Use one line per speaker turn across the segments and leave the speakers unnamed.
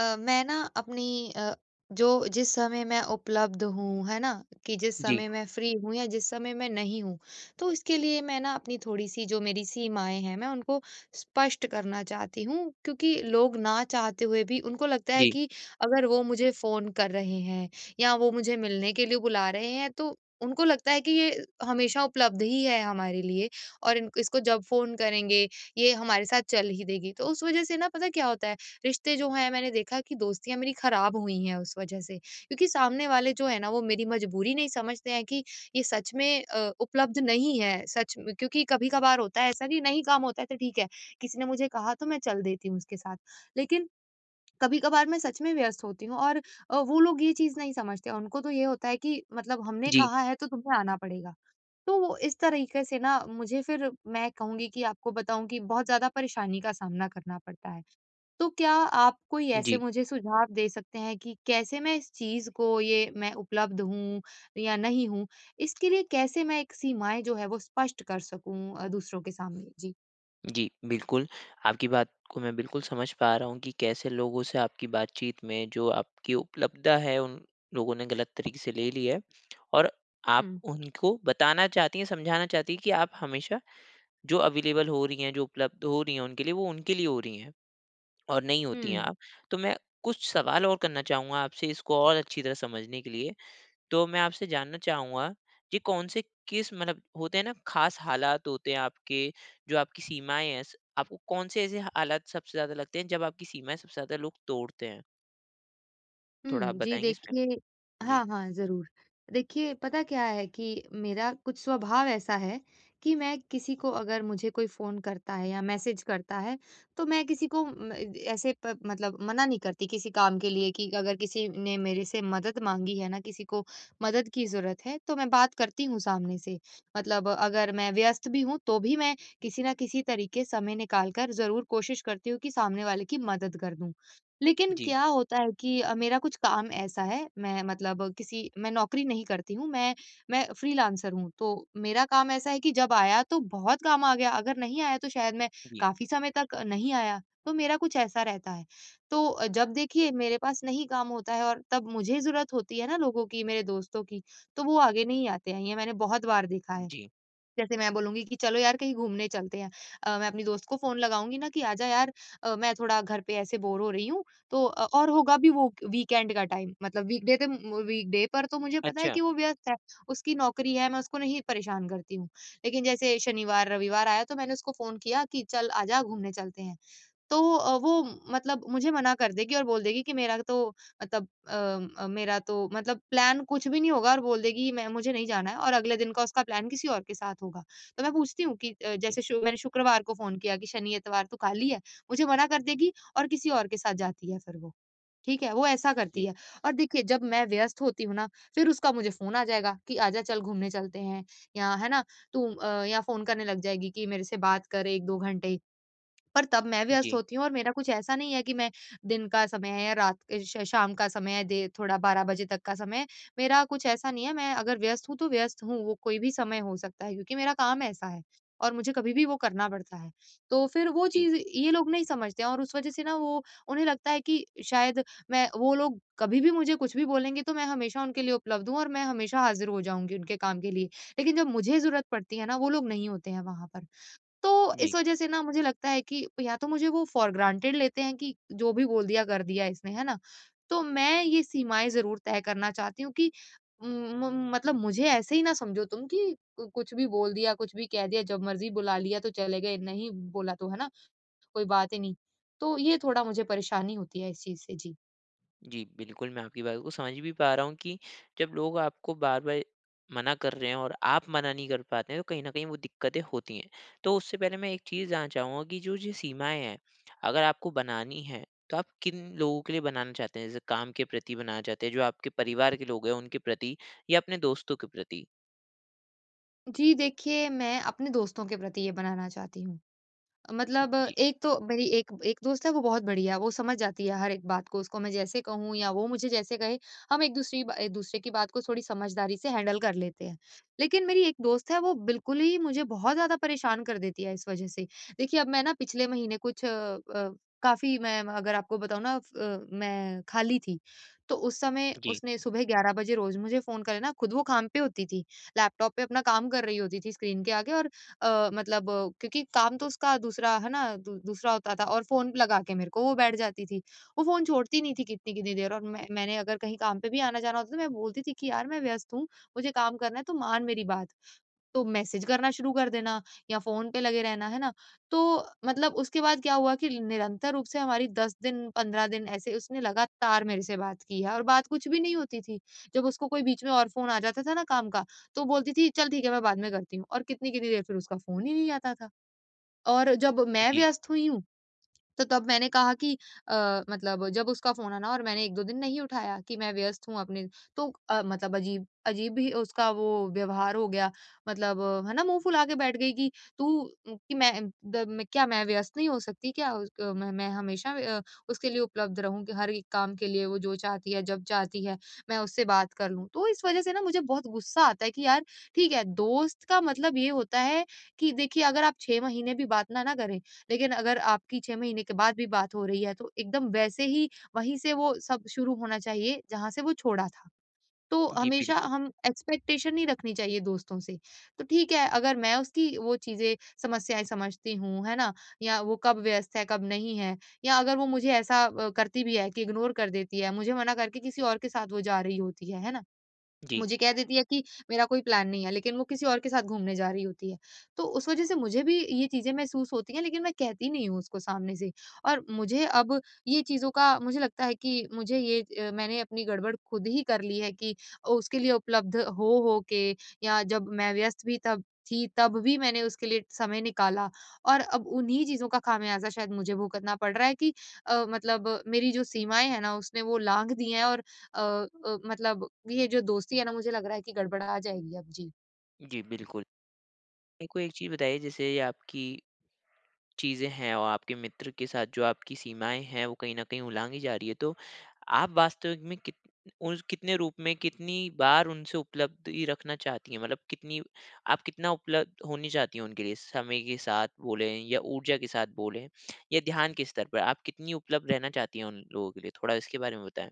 मैं ना अपनी जो जिस समय मैं उपलब्ध हूँ, है ना? कि जिस
जी,
समय मैं फ्री हूँ या जिस समय मैं नहीं हूँ, तो इसके लिए मैं ना अपनी थोड़ी-सी जो मेरी सीमाएँ हैं, मैं उनको स्पष्ट करना चाहती हूँ। क्योंकि लोग ना चाहते हुए भी उनको लगता है
जी,
कि अगर वो मुझे फ़ोन कर रहे हैं या वो मुझे मिलने के लिए बुला रहे हैं, तो उनको लगता है कि ये हमेशा उपलब्ध ही है हमारे लिए और इन इसको जब फ़ोन करेंगे, ये हमारे साथ चल ही देगी। तो उस वज़ह से ना पता क्या होता है? रिश्ते जो हैं मैंने देखा कि दोस्तियाँ मेरी खराब हुई हैं उस वजह से। क्योंकि सामने वाले जो है ना वो मेरी मजबूरी नहीं समझते हैं कि ये सच में उपलब्ध नहीं है। सच में क्योंकि कभी-कभार होता है ऐसा कि नहीं काम होता है तो ठीक है, किसी ने मुझे कहा तो मैं चल देती हूँ उसके साथ। लेकिन कभी-कभार मैं सच में व्यस्त होती हूँ और वो लोग ये चीज़ नहीं समझते। उनको तो ये होता है कि मतलब हमने
जी,
कहा है तो तुम्हें आना पड़ेगा। तो वो इस तरीके से ना मुझे फिर मैं कहूँगी कि आपको बताऊँ कि बहुत ज़्यादा परेशानी का सामना करना पड़ता है। तो क्या आप कोई ऐसे
जी,
मुझे सुझाव दे सकते हैं कि कैसे मैं इस चीज़ को ये मैं उपलब्ध हूँ या नहीं हूँ, इसके लिए कैसे मैं एक सीमाएँ जो है वो स्पष्ट कर सकूँ दूसरों के सामने? जी।
जी, बिल्कुल। आपकी बात को मैं बिल्कुल समझ पा रहा हूँ कि कैसे लोगों से आपकी बातचीत में जो आपकी उपलब्धता है, उन लोगों ने गलत तरीके से ले ली है और आप
हुँ,
उनको बताना चाहती हैं, समझाना चाहती हैं कि आप हमेशा जो अवेलेबल हो रही हैं, जो उपलब्ध हो रही हैं उनके लिए, वो उनके लिए हो रही हैं और नहीं होती हैं
हुँ।
आप। तो मैं कुछ सवाल और करना चाहूँगा आपसे इसको और अच्छी तरह समझने के लिए। तो मैं आपसे जानना चाहूँगा कि कौन से किस मतलब होते हैं ना, ख़ास हालात होते हैं आपके जो आपकी सीमाएँ हैं, स आपको कौन से ऐसे हालात सबसे ज़्यादा लगते हैं जब आपकी सीमाएँ सबसे ज़्यादा लोग तोड़ते हैं? थोड़ा आप
हुँ, जी
बताएँगे इसमें?
देखिए
जी।
हाँ, हाँ, ज़रूर। देखिए पता क्या है कि मेरा कुछ स्वभाव ऐसा है कि मैं किसी को अगर मुझे कोई फ़ोन करता है या मैसेज करता है, तो मैं किसी को म ऐसे प मतलब मना नहीं करती किसी काम के लिए कि अगर किसी ने मेरे से मदद माँगी है ना, किसी को मदद की ज़रूरत है, तो मैं बात करती हूँ सामने से। मतलब अगर मैं व्यस्त भी हूँ, तो भी मैं किसी न किसी तरीके समय निकाल कर ज़रूर कोशिश करती हूँ कि सामने वाले की मदद कर दूँ। लेकिन
जी,
क्या होता है कि मेरा कुछ काम ऐसा है, मैं मतलब किसी मैं नौकरी नहीं करती हूँ, मैं फ्रीलांसर हूँ। तो मेरा काम ऐसा है कि जब आया तो बहुत काम आ गया, अगर नहीं आया तो शायद मैं
जी,
काफ़ी समय तक नहीं आया, तो मेरा कुछ ऐसा रहता है। तो जब देखिए मेरे पास नहीं काम होता है और तब मुझे ज़रूरत होती है ना लोगों की, मेरे दोस्तों की, तो वो आगे नहीं आते हैं, ये मैंने बहुत बार देखा है।
जी।
जैसे मैं बोलूँगी कि चलो यार कहीं घूमने चलते हैं। मैं अपनी दोस्त को फ़ोन लगाऊँगी ना कि आजा यार मैं थोड़ा घर पे ऐसे बोर हो रही हूँ। तो और होगा भी वो वीकेंड का टाइम मतलब वीकडे पर तो मुझे पता है
अच्छा।
कि वो व्यस्त है, उसकी नौकरी है मैं उसको नहीं परेशान करती हूँ। लेकिन जैसे शनिवार, रविवार आया तो मैंने उसको फ़ोन किया कि चल आजा घूमने चलते हैं। तो वो मतलब मुझे मना कर देगी और बोल देगी कि मतलब अ मेरा तो मतलब प्लान कुछ भी नहीं होगा और बोल देगी मैं मुझे नहीं जाना है और अगले दिन का उसका प्लान किसी और के साथ होगा। तो मैं पूछती हूँ कि अ,
जी,
जैसे शु मैंने शुक्रवार को फ़ोन किया कि शनि-इतवार तो खाली है, मुझे मना कर देगी और किसी और के साथ जाती है फिर वो। ठीक है? वो ऐसा करती
जी,
है और देखिए जब मैं व्यस्त होती हूँ ना, फिर उसका मुझे फ़ोन आ जाएगा कि आजा चल घूमने चलते हैं या है ना? या फ़ोन करने लग जाएगी कि मेरे से बात कर 1-2 घंटे पर तब मैं व्यस्त
जी,
होती हूँ और मेरा कुछ ऐसा नहीं है कि मैं दिन का समय है या रात के श शाम का समय है, दे थोड़ा 12 बजे तक का समय है। मेरा कुछ ऐसा नहीं है, मैं अगर व्यस्त हूँ, तो व्यस्त हूँ, वो कोई भी समय हो सकता है क्योंकि मेरा काम ऐसा है और मुझे कभी भी वो करना पड़ता है। तो फिर वो
जी,
चीज़ ये लोग नहीं समझते हैं और उस वज़ह से ना वो उन्हें लगता है कि शायद मैं वो लोग कभी भी मुझे कुछ भी बोलेंगे, तो मैं हमेशा उनके लिए उपलब्ध हूँ और मैं हमेशा हाज़िर हो जाऊँगी उनके काम के लिए। लेकिन जब मुझे ज़रूरत पड़ती है ना, वो लोग नहीं होते हैं वहाँ पर। तो
जी।
इस वजह से ना मुझे लगता है कि या तो मुझे वो फॉर ग्रांटेड लेते हैं कि जो भी बोल दिया कर दिया इसने, है ना? तो मैं ये सीमाएँ ज़रूर तय करना चाहती हूँ कि उम, म मतलब मुझे ऐसे ही ना समझो तुम कि कु कुछ भी बोल दिया, कुछ भी कह दिया, जब मर्ज़ी बुला लिया तो चले गए, नहीं बोला तो है ना, कोई बात ही नहीं। तो ये थोड़ा मुझे परेशानी होती है इस चीज़ से। जी।
जी, बिल्कुल, मैं आपकी बात को समझ भी पा रहा हूँ कि जब लोग आपको बार-बार मना कर रहे हैं और आप मना नहीं कर पाते हैं, तो कहीं न कहीं वो दिक्कतें होती हैं। तो उससे पहले मैं एक चीज़ जानना चाहूँगा कि जो ये सीमाएँ हैं, अगर आपको बनानी हैं, तो आप किन लोगों के लिए बनाना चाहते हैं? जैसे काम के प्रति बनाना चाहते हैं, जो आपके परिवार के लोग हैं उनके प्रति या अपने दोस्तों के प्रति?
जी, देखिए मैं अपने दोस्तों के प्रति ये बनाना चाहती हूँ। मतलब
जी,
एक तो मेरी एक एक दोस्त है वो बहुत बढ़िया है, वो समझ जाती है हर एक बात को, उसको मैं जैसे कहूँ या वो मुझे जैसे कहे, हम एक-दूसरी बा एक-दूसरे की बात को थोड़ी समझदारी से हैंडल कर लेते हैं। लेकिन मेरी एक दोस्त है वो बिल्कुल ही मुझे बहुत ज़्यादा परेशान कर देती है इस वजह से। देखिए अब मैं ना पिछले महीने कुछ काफ़ी मैं अगर आपको बताऊँ ना मैं खाली थी, तो उस समय
जी,
उसने सुबह 11 बजे रोज़ मुझे फ़ोन करे ना खुद वो काम पे होती थी, लैपटॉप पे अपना काम कर रही होती थी स्क्रीन के आगे और क्योंकि काम तो उसका दूसरा है ना दूसरा होता था और फोन लगा के मेरे को वो बैठ जाती थी वो फोन छोड़ती नहीं थी कितनी कितनी देर और मैंने अगर कहीं काम पे भी आना जाना होता तो मैं बोलती थी कि यार मैं व्यस्त हूँ मुझे काम करना है तो मान मेरी बात तो मैसेज करना शुरू कर देना या फ़ोन पे लगे रहना, है ना? तो मतलब उसके बाद क्या हुआ कि निरंतर रूप से हमारी 10 दिन, 15 दिन ऐसे उसने लगातार मेरे से बात की है और बात कुछ भी नहीं होती थी। जब उसको कोई बीच में और फ़ोन आ जाता था ना काम का, तो बोलती थी, "चल ठीक है, मैं बाद में करती हूँ" और कितनी-कितनी देर फिर उसका फ़ोन ही नहीं आता था। और जब मैं
जी,
व्यस्त हुई हूँ, तो तब मैंने कहा कि मतलब जब उसका फ़ोन आना और मैंने 1-2 दिन नहीं उठाया कि मैं व्यस्त हूँ अपने तो मतलब अजीब अजीब ही उसका वो व्यवहार हो गया। मतलब है ना, मुँह फुला के बैठ गई कि तू अम, कि मैं अम, द मैं क्या मैं व्यस्त नहीं हो सकती क्या? उस क मैं हमेशा अ, उसके लिए उपलब्ध रहूँ कि हर एक काम के लिए वो जो चाहती है, जब चाहती है, मैं उससे बात कर लूँ। तो इस वज़ह से ना मुझे बहुत गुस्सा आता है कि यार ठीक है, दोस्त का मतलब ये होता है कि देखिए अगर आप 6 महीने भी बात ना ना करें, लेकिन अगर आपकी 6 महीने के बाद भी बात हो रही है, तो एकदम वैसे ही वहीं से वो सब शुरू होना चाहिए, जहाँ से वो छोड़ा था। तो
जी,
हमेशा
बिल्कुल।
हम एक्सपेक्टेशन नहीं रखनी चाहिए दोस्तों से। तो ठीक है, अगर मैं उसकी वो चीज़ें, समस्याएँ समझती हूँ, है ना? या वो कब व्यस्त है, कब नहीं है, या अगर वो मुझे ऐसा करती भी है कि इग्नोर कर देती है, मुझे मना करके किसी और के साथ वो जा रही होती है ना?
जी,
मुझे कह देती है कि मेरा कोई प्लान नहीं है, लेकिन वो किसी और के साथ घूमने जा रही होती है। तो उस वज़ह से मुझे भी ये चीज़ें महसूस होती हैं, लेकिन मैं कहती नहीं हूँ उसको सामने से। और मुझे अब ये चीज़ों का मुझे लगता है कि मुझे ये मैंने अपनी गड़बड़ खुद ही कर ली है कि उसके लिए उपलब्ध हो के या जब मैं व्यस्त भी तब थी, तब भी मैंने उसके लिए समय निकाला और अब उन्हीं चीज़ों का खामियाज़ा शायद मुझे भुगतना पड़ रहा है कि मतलब मेरी जो सीमाएँ हैं ना, उसने वो लाँघ दी हैं और मतलब ये जो दोस्ती है ना मुझे लग रहा है कि गड़बड़ा जाएगी अब। जी।
जी, बिल्कुल। मेरे को एक चीज़ बताइए जैसे ये आपकी चीज़ें हैं और आपके मित्र के साथ जो आपकी सीमाएँ हैं, वो कहीं न कहीं उलांघी जा रही है। तो आप वास्तविक में कितने रूप में, कितनी बार उनसे उपलब्धि रखना चाहती हैं? मतलब कितनी आप कितना उपलब्ध होनी चाहती हैं उनके लिए? समय के साथ बोलें या ऊर्जा के साथ बोलें या ध्यान के स्तर पर? आप कितनी उपलब्ध रहना चाहती हैं उन लोगों के लिए? थोड़ा इसके बारे में बताएँ।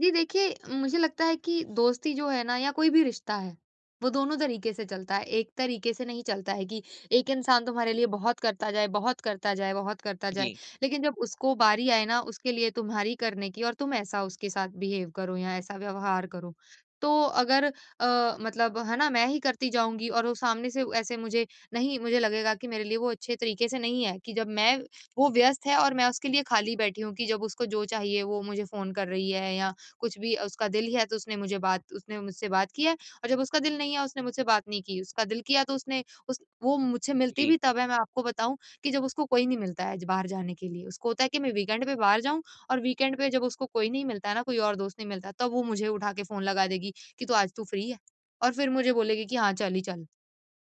जी देखिए, मुझे लगता है कि दोस्ती जो है ना या कोई भी रिश्ता है, वो दोनों तरीके से चलता है। एक तरीके से नहीं चलता है कि एक इंसान तुम्हारे लिए बहुत करता जाए, बहुत करता जाए, बहुत करता जाए।
जी,
लेकिन जब उसको बारी आए ना उसके लिए तुम्हारी करने की और तुम ऐसा उसके साथ बिहेव करो या ऐसा व्यवहार करो। तो अगर मतलब है ना मैं ही करती जाऊँगी और वो सामने से ऐसे मुझे नहीं मुझे लगेगा कि मेरे लिए वो अच्छे तरीके से नहीं है कि जब मैं वो व्यस्त है और मैं उसके लिए खाली बैठी हूँ कि जब उसको जो चाहिए वो मुझे फ़ोन कर रही है या कुछ भी उसका दिल है तो उसने मुझसे बात की है और जब उसका दिल नहीं है उसने मुझसे बात नहीं की। उसका दिल किया तो उसने उस वो मुझसे मिलती
जी,
भी तब है मैं आपको बताऊँ कि जब उसको कोई नहीं मिलता है ज बाहर जाने के लिए। उसको होता है कि मैं वीकेंड पे बाहर जाऊँ और वीकेंड पे जब उसको कोई नहीं मिलता है ना, कोई और दोस्त नहीं मिलता, तब वो मुझे उठा के फ़ोन लगा देगी कि, "तू आज तू फ्री है?" और फिर मुझे बोलेगी कि, "हाँ, चल ही चल।"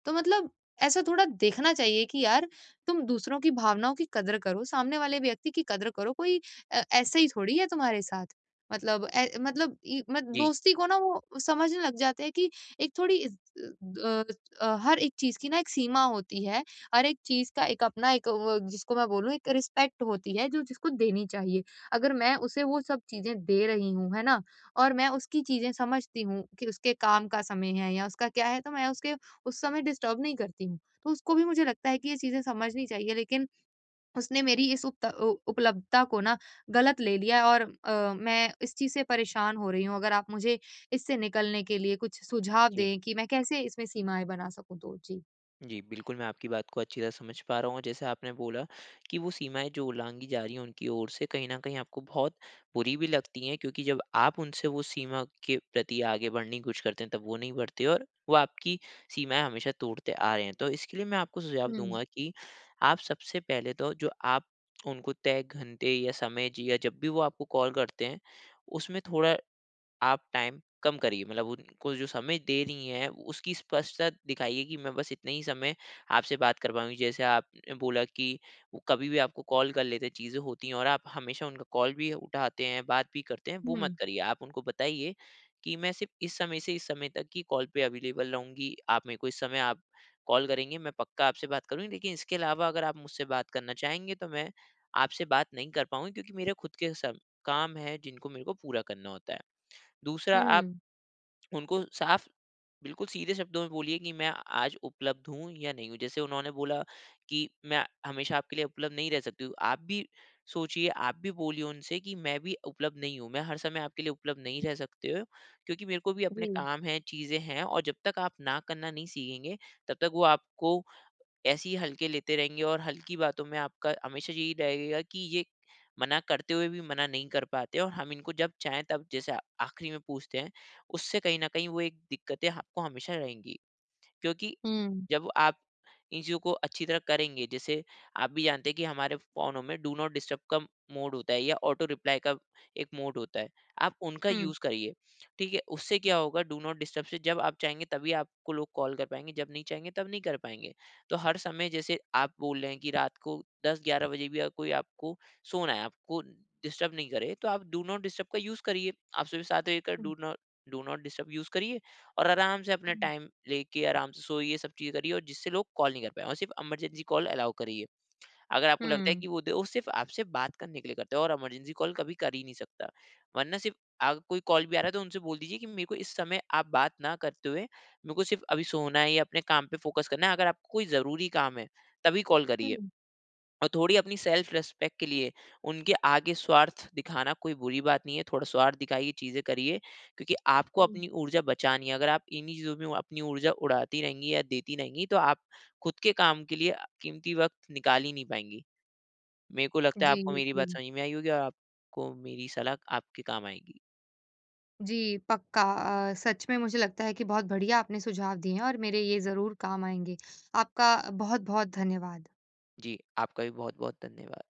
तो मतलब ऐसा थोड़ा देखना चाहिए कि यार तुम दूसरों की भावनाओं की कदर करो, सामने वाले व्यक्ति की कदर करो, कोई ऐसे ही थोड़ी है तुम्हारे साथ। मतलब ए मतलब इ मत
जी,
दोस्ती को ना वो समझने लग जाते हैं कि एक थोड़ी इज़ अ अ, हर एक चीज़ की ना एक सीमा होती है, हर एक चीज़ का एक अपना एक वो जिसको मैं बोलूँ एक रिस्पेक्ट होती है जो जिसको देनी चाहिए। अगर मैं उसे वो सब चीज़ें दे रही हूँ, है ना? और मैं उसकी चीज़ें समझती हूँ कि उसके काम का समय है या उसका क्या है, तो मैं उसके उस समय डिस्टर्ब नहीं करती हूँ। तो उसको भी मुझे लगता है कि ये चीज़ें समझनी चाहिए लेकिन उसने मेरी इस उपत उ उपलब्धता को ना गलत ले लिया है और मैं इस चीज़ से परेशान हो रही हूँ। अगर आप मुझे इससे निकलने के लिए कुछ सुझाव
जी।
दें कि मैं कैसे इसमें सीमाएँ बना सकूँ तो? जी।
जी, बिल्कुल, मैं आपकी बात को अच्छी तरह समझ पा रहा हूँ और जैसे आपने बोला कि वो सीमाएँ जो उल्लांघी जा रही हैं उनकी ओर से, कहीं न कहीं आपको बहुत बुरी भी लगती हैं क्योंकि जब आप उनसे वो सीमा के प्रति आगे बढ़ने की कोशिश करते हैं, तब वो नहीं बढ़ते और वो आपकी सीमाएँ हमेशा तोड़ते आ रहे हैं। तो इसके लिए मैं आपको सुझाव
हुँ,
दूँगा कि आप सबसे पहले तो, जो आप उनको तय घंटे या समय जी या जब भी वो आपको कॉल करते हैं, उसमें थोड़ा आप टाइम कम करिए। मतलब उनको जो समय दे रही हैं उसकी स्पष्टता दिखाइए कि मैं बस इतना ही समय आपसे बात कर पाऊंगी। जैसे आपने बोला कि वो कभी भी आपको कॉल कर लेते, चीज़ें होती हैं और आप हमेशा उनका कॉल भी उठाते हैं, बात भी करते हैं, वो मत
हुँ,
करिए। आप उनको बताइए कि मैं सिर्फ इस समय से इस समय तक की कॉल पे अवेलेबल रहूंगी। आप मेरे को इस समय आप कॉल करेंगे, मैं पक्का आपसे बात करूंगी, लेकिन इसके अलावा अगर आप मुझसे बात करना चाहेंगे तो मैं आपसे बात नहीं कर पाऊंगी, क्योंकि मेरे खुद के काम है जिनको मेरे को पूरा करना होता है। दूसरा,
हुँ,
आप उनको साफ बिल्कुल सीधे शब्दों में बोलिए कि मैं आज उपलब्ध हूँ या नहीं हूँ। जैसे उन्होंने बोला कि मैं हमेशा आपके लिए उपलब्ध नहीं रह सकती हूँ, आप भी सोचिए, आप भी बोलिए उनसे कि मैं भी उपलब्ध नहीं हूँ, मैं हर समय आपके लिए उपलब्ध नहीं रह सकते हो, क्योंकि मेरे को भी अपने
जी।
काम हैं, चीज़ें हैं। और जब तक आप ना करना नहीं सीखेंगे तब तक वो आपको ऐसे ही हल्के लेते रहेंगे, और हल्की बातों में आपका हमेशा यही रहेगा कि ये मना करते हुए भी मना नहीं कर पाते और हम इनको जब चाहें तब जैसे आखिरी में पूछते हैं। उससे कहीं ना कहीं वो एक दिक्कतें आपको हमेशा रहेंगी, क्योंकि
हुँ,
जब आप इन चीज़ों को अच्छी तरह करेंगे। जैसे आप भी जानते हैं कि हमारे फ़ोनों में डू नॉट डिस्टर्ब का मोड होता है या ऑटो रिप्लाई का एक मोड होता है, आप उनका
हुँ,
यूज़ करिए। ठीक है, उससे क्या होगा, डू नॉट डिस्टर्ब से जब आप चाहेंगे तभी आपको लोग कॉल कर पाएंगे, जब नहीं चाहेंगे तब नहीं कर पाएंगे। तो हर समय, जैसे आप बोल रहे हैं कि रात को 10 11 बजे भी अगर कोई आपको, सोना है आपको, डिस्टर्ब नहीं करे, तो आप डू नॉट डिस्टर्ब का यूज़ करिए। आप सुबह 7 बजे का
hmm,
do not disturb use करिए, और आराम से अपना
हुँ,
टाइम लेके आराम से सोइए, सब चीज़ करिए, और जिससे लोग कॉल नहीं कर पाएँ और सिर्फ़ इमरजेंसी कॉल अलाउ करिए। अगर आपको लगता है
हुँ,
कि वो दे वो सिर्फ़ आपसे बात करने के लिए करता है और इमरजेंसी कॉल कभी कर ही नहीं सकता। वरना सिर्फ़, अगर कोई कॉल भी आ रहा है तो उनसे बोल दीजिए कि मेरे को इस समय आप बात ना करते हुए, मेरे को सिर्फ़ अभी सोना है या अपने काम पे फ़ोकस करना है, अगर आपको कोई ज़रूरी काम है, तभी कॉल करिए।
हुँ,
और थोड़ी अपनी सेल्फ रिस्पेक्ट के लिए उनके आगे स्वार्थ दिखाना कोई बुरी बात नहीं है, थोड़ा स्वार्थ दिखाइए, चीज़ें करिए, क्योंकि आपको
हुँ,
अपनी ऊर्जा बचानी है। अगर आप इन्हीं चीज़ों में अपनी ऊर्जा उड़ाती रहेंगी या देती रहेंगी तो आप खुद के काम के लिए कीमती वक्त निकाल ही नहीं पाएंगी। मेरे को लगता है
जी,
आपको मेरी
जी।
बात समझ में आई होगी और आपको मेरी सलाह आपके काम आएगी।
जी, पक्का। सच में मुझे लगता है कि बहुत बढ़िया आपने सुझाव दिए हैं और मेरे ये ज़रूर काम आएँगे। आपका बहुत-बहुत धन्यवाद।
जी, आपका भी बहुत बहुत धन्यवाद।